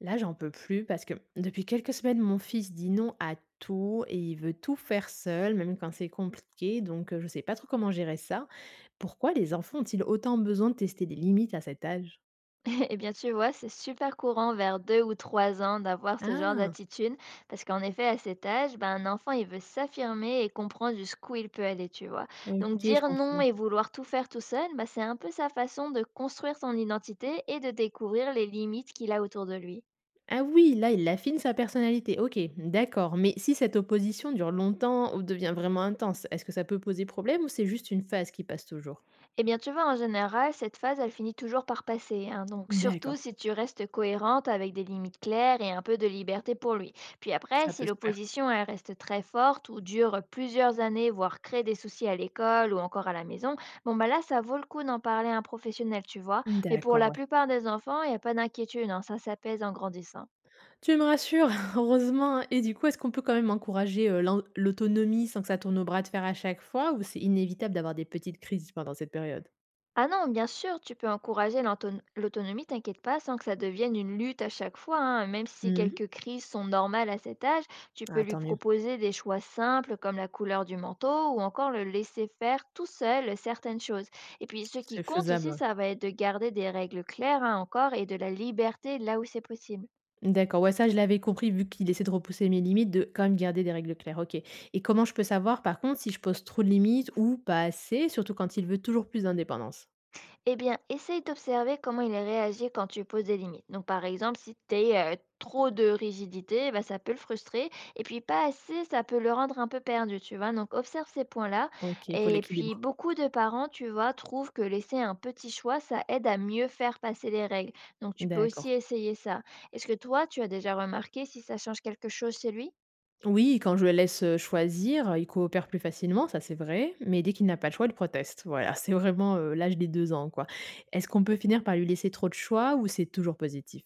Là, j'en peux plus parce que depuis quelques semaines, mon fils dit non à tout et il veut tout faire seul, même quand c'est compliqué. Donc, je sais pas trop comment gérer ça. Pourquoi les enfants ont-ils autant besoin de tester des limites à cet âge? Eh bien, tu vois, c'est super courant vers 2 ou 3 ans d'avoir ce genre Ah, d'attitude, parce qu'en effet, à cet âge, ben, un enfant, il veut s'affirmer et comprendre jusqu'où il peut aller, tu vois. Donc, ok, je dire non comprends. et vouloir tout faire tout seul, ben c'est un peu sa façon de construire son identité et de découvrir les limites qu'il a autour de lui. Ah oui, là, il affine sa personnalité. Ok, d'accord. Mais si cette opposition dure longtemps ou devient vraiment intense, est-ce que ça peut poser problème ou c'est juste une phase qui passe toujours? Eh bien, tu vois, en général, cette phase, elle finit toujours par passer, hein. Donc, surtout D'accord, si tu restes cohérente avec des limites claires et un peu de liberté pour lui. Puis après, ça si peut se faire. l'opposition, elle reste très forte ou dure plusieurs années, voire crée des soucis à l'école ou encore à la maison, bon, bah là, ça vaut le coup d'en parler à un professionnel, tu vois. Mais pour D'accord, la ouais. plupart des enfants, il n'y a pas d'inquiétude, hein. Ça s'apaise en grandissant. Tu me rassures, heureusement et du coup, est-ce qu'on peut quand même encourager, l'autonomie sans que ça tourne au bras de fer à chaque fois ou c'est inévitable d'avoir des petites crises pendant cette période? Ah non, bien sûr, tu peux encourager l'autonomie, t'inquiète pas, sans que ça devienne une lutte à chaque fois. Hein. Même si Mmh. quelques crises sont normales à cet âge, tu peux Ah lui tant mieux, proposer des choix simples comme la couleur du manteau ou encore le laisser faire tout seul certaines choses. Et puis ce qui c'est compte faisable, ici, ouais. ça va être de garder des règles claires hein, encore et de la liberté là où c'est possible. D'accord, ouais, ça je l'avais compris vu qu'il essaie de repousser mes limites, de quand même garder des règles claires. OK, et comment je peux savoir par contre si je pose trop de limites ou pas assez, surtout quand il veut toujours plus d'indépendance? Eh bien, essaye d'observer comment il réagit quand tu poses des limites. Donc, par exemple, si tu es trop de rigidité, bah, ça peut le frustrer. Et puis, pas assez, ça peut le rendre un peu perdu, tu vois. Donc, observe ces points-là. OK, il faut Et puis, l'équilibre. beaucoup de parents, tu vois, trouvent que laisser un petit choix, ça aide à mieux faire passer les règles. Donc, tu peux D'accord. aussi essayer ça. Est-ce que toi, tu as déjà remarqué si ça change quelque chose chez lui? Oui, quand je le laisse, choisir, il coopère plus facilement, ça c'est vrai, mais dès qu'il n'a pas le choix, il proteste. Voilà, c'est vraiment, l'âge des 2 ans, quoi. Est-ce qu'on peut finir par lui laisser trop de choix ou c'est toujours positif?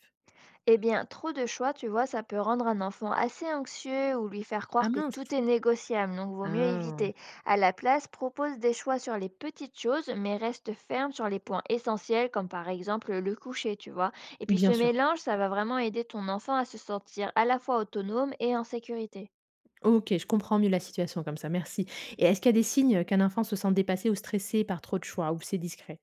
Eh bien, trop de choix, tu vois, ça peut rendre un enfant assez anxieux ou lui faire Ah croire que mince! tout est négociable, donc vaut mieux Ah, éviter. À la place, propose des choix sur les petites choses, mais reste ferme sur les points essentiels, comme par exemple le coucher, tu vois. Et puis bien ce sûr. mélange, ça va vraiment aider ton enfant à se sentir à la fois autonome et en sécurité. OK, je comprends mieux la situation comme ça, merci. Et est-ce qu'il y a des signes qu'un enfant se sent dépassé ou stressé par trop de choix, ou c'est discret?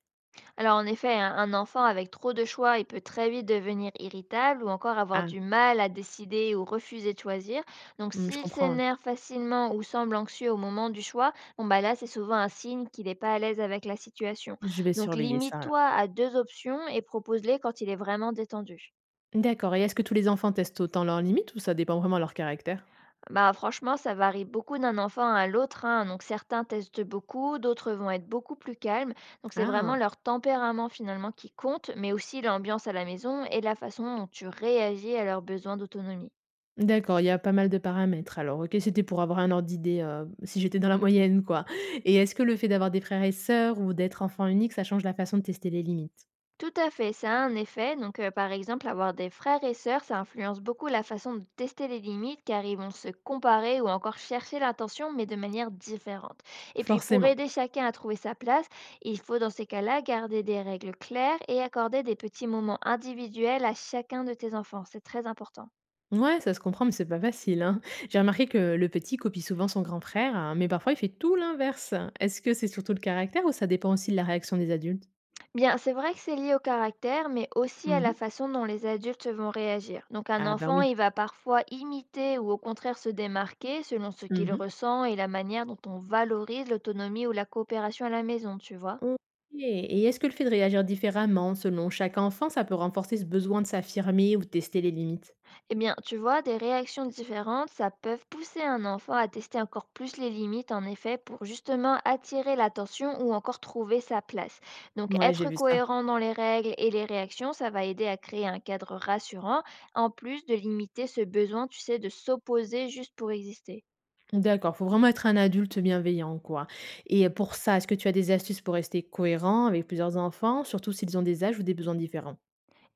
Alors en effet, un enfant avec trop de choix, il peut très vite devenir irritable ou encore avoir Ah, du mal à décider ou refuser de choisir. Donc mmh, je s'il comprends, ouais. s'énerve facilement ou semble anxieux au moment du choix, bon bah là c'est souvent un signe qu'il n'est pas à l'aise avec la situation. Je vais Donc surveiller ça alors. limite-toi à deux options et propose-les quand il est vraiment détendu. D'accord, et est-ce que tous les enfants testent autant leurs limites ou ça dépend vraiment de leur caractère? Bah, franchement, ça varie beaucoup d'un enfant à l'autre, hein. Donc certains testent beaucoup, d'autres vont être beaucoup plus calmes. Donc c'est Ah! vraiment leur tempérament finalement qui compte, mais aussi l'ambiance à la maison et la façon dont tu réagis à leurs besoins d'autonomie. D'accord, il y a pas mal de paramètres alors. OK, c'était pour avoir un ordre d'idée, si j'étais dans la moyenne quoi. Et est-ce que le fait d'avoir des frères et sœurs ou d'être enfant unique, ça change la façon de tester les limites? Tout à fait, ça a un effet. Donc, par exemple, avoir des frères et sœurs, ça influence beaucoup la façon de tester les limites, car ils vont se comparer ou encore chercher l'attention, mais de manière différente. Et puis, pour Forcément. aider chacun à trouver sa place, il faut dans ces cas-là garder des règles claires et accorder des petits moments individuels à chacun de tes enfants. C'est très important. Ouais, ça se comprend, mais c'est pas facile, hein. J'ai remarqué que le petit copie souvent son grand frère, hein, mais parfois il fait tout l'inverse. Est-ce que c'est surtout le caractère ou ça dépend aussi de la réaction des adultes? Bien, c'est vrai que c'est lié au caractère, mais aussi à la Mmh. façon dont les adultes vont réagir. Donc un Ah ben enfant, oui. il va parfois imiter ou au contraire se démarquer selon ce qu'il Mmh. ressent et la manière dont on valorise l'autonomie ou la coopération à la maison, tu vois. OK, et est-ce que le fait de réagir différemment selon chaque enfant, ça peut renforcer ce besoin de s'affirmer ou de tester les limites? Eh bien, tu vois, des réactions différentes, ça peut pousser un enfant à tester encore plus les limites, en effet, pour justement attirer l'attention ou encore trouver sa place. Donc, Ouais, j'ai être vu ça. cohérent dans les règles et les réactions, ça va aider à créer un cadre rassurant, en plus de limiter ce besoin, tu sais, de s'opposer juste pour exister. D'accord, faut vraiment être un adulte bienveillant, quoi. Et pour ça, est-ce que tu as des astuces pour rester cohérent avec plusieurs enfants, surtout s'ils ont des âges ou des besoins différents?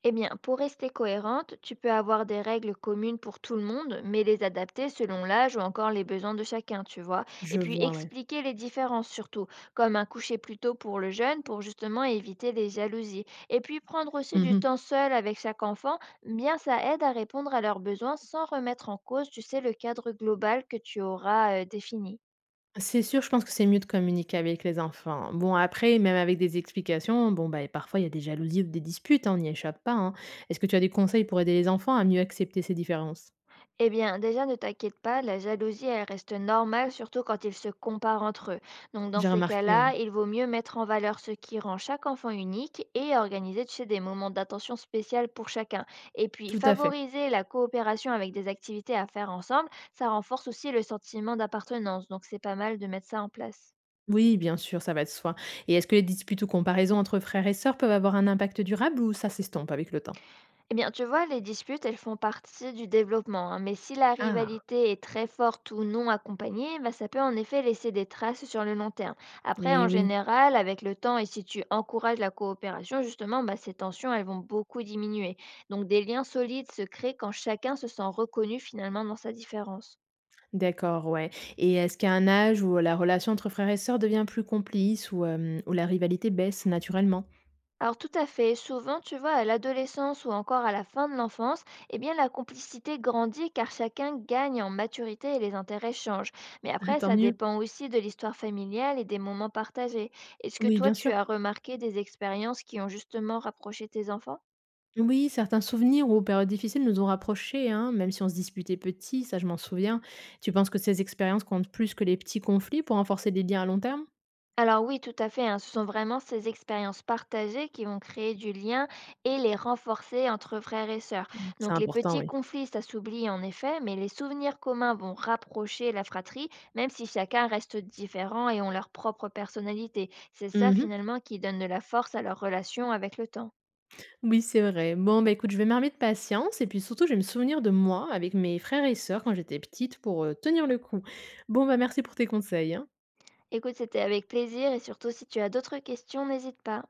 Eh bien, pour rester cohérente, tu peux avoir des règles communes pour tout le monde, mais les adapter selon l'âge ou encore les besoins de chacun, tu vois. Et Je puis vois, ouais. expliquer les différences surtout, comme un coucher plus tôt pour le jeune pour justement éviter les jalousies. Et puis prendre aussi du Mmh. temps seul avec chaque enfant, bien ça aide à répondre à leurs besoins sans remettre en cause, tu sais, le cadre global que tu auras défini. C'est sûr, je pense que c'est mieux de communiquer avec les enfants. Bon, après, même avec des explications, bon, bah, parfois, il y a des jalousies ou des disputes, hein, on n'y échappe pas, hein. Est-ce que tu as des conseils pour aider les enfants à mieux accepter ces différences? Eh bien, déjà, ne t'inquiète pas, la jalousie, elle reste normale, surtout quand ils se comparent entre eux. Donc, dans J'ai ces remarqué, cas-là, oui. il vaut mieux mettre en valeur ce qui rend chaque enfant unique et organiser, tu sais, des moments d'attention spéciale pour chacun. Et puis, Tout à fait. favoriser la coopération avec des activités à faire ensemble, ça renforce aussi le sentiment d'appartenance. Donc, c'est pas mal de mettre ça en place. Oui, bien sûr, ça va de soi. Et est-ce que les disputes ou comparaisons entre frères et sœurs peuvent avoir un impact durable ou ça s'estompe avec le temps? Eh bien, tu vois, les disputes, elles font partie du développement, hein, mais si la Ah, rivalité est très forte ou non accompagnée, bah, ça peut en effet laisser des traces sur le long terme. Après, et en oui. général, avec le temps, et si tu encourages la coopération, justement, bah, ces tensions, elles vont beaucoup diminuer. Donc, des liens solides se créent quand chacun se sent reconnu finalement dans sa différence. D'accord, ouais. Et est-ce qu'il y a un âge où la relation entre frères et sœurs devient plus complice, ou hem, où la rivalité baisse naturellement? Alors tout à fait, souvent tu vois à l'adolescence ou encore à la fin de l'enfance, eh bien la complicité grandit car chacun gagne en maturité et les intérêts changent. Mais Ah, après tant ça mieux. dépend aussi de l'histoire familiale et des moments partagés. Est-ce que Oui, toi bien tu sûr. as remarqué des expériences qui ont justement rapproché tes enfants? Oui, certains souvenirs ou périodes difficiles nous ont rapprochés, hein, même si on se disputait petit, ça je m'en souviens. Tu penses que ces expériences comptent plus que les petits conflits pour renforcer des liens à long terme? Alors oui, tout à fait, hein, ce sont vraiment ces expériences partagées qui vont créer du lien et les renforcer entre frères et sœurs. C'est Donc les important, petits oui. conflits, ça s'oublie en effet, mais les souvenirs communs vont rapprocher la fratrie, même si chacun reste différent et ont leur propre personnalité. C'est ça Mmh. finalement qui donne de la force à leur relation avec le temps. Oui, c'est vrai. Bon, bah, écoute, je vais m'armer de patience et puis surtout, je vais me souvenir de moi avec mes frères et sœurs quand j'étais petite pour, tenir le coup. Bon, bah, merci pour tes conseils, hein. Écoute, c'était avec plaisir et surtout si tu as d'autres questions, n'hésite pas.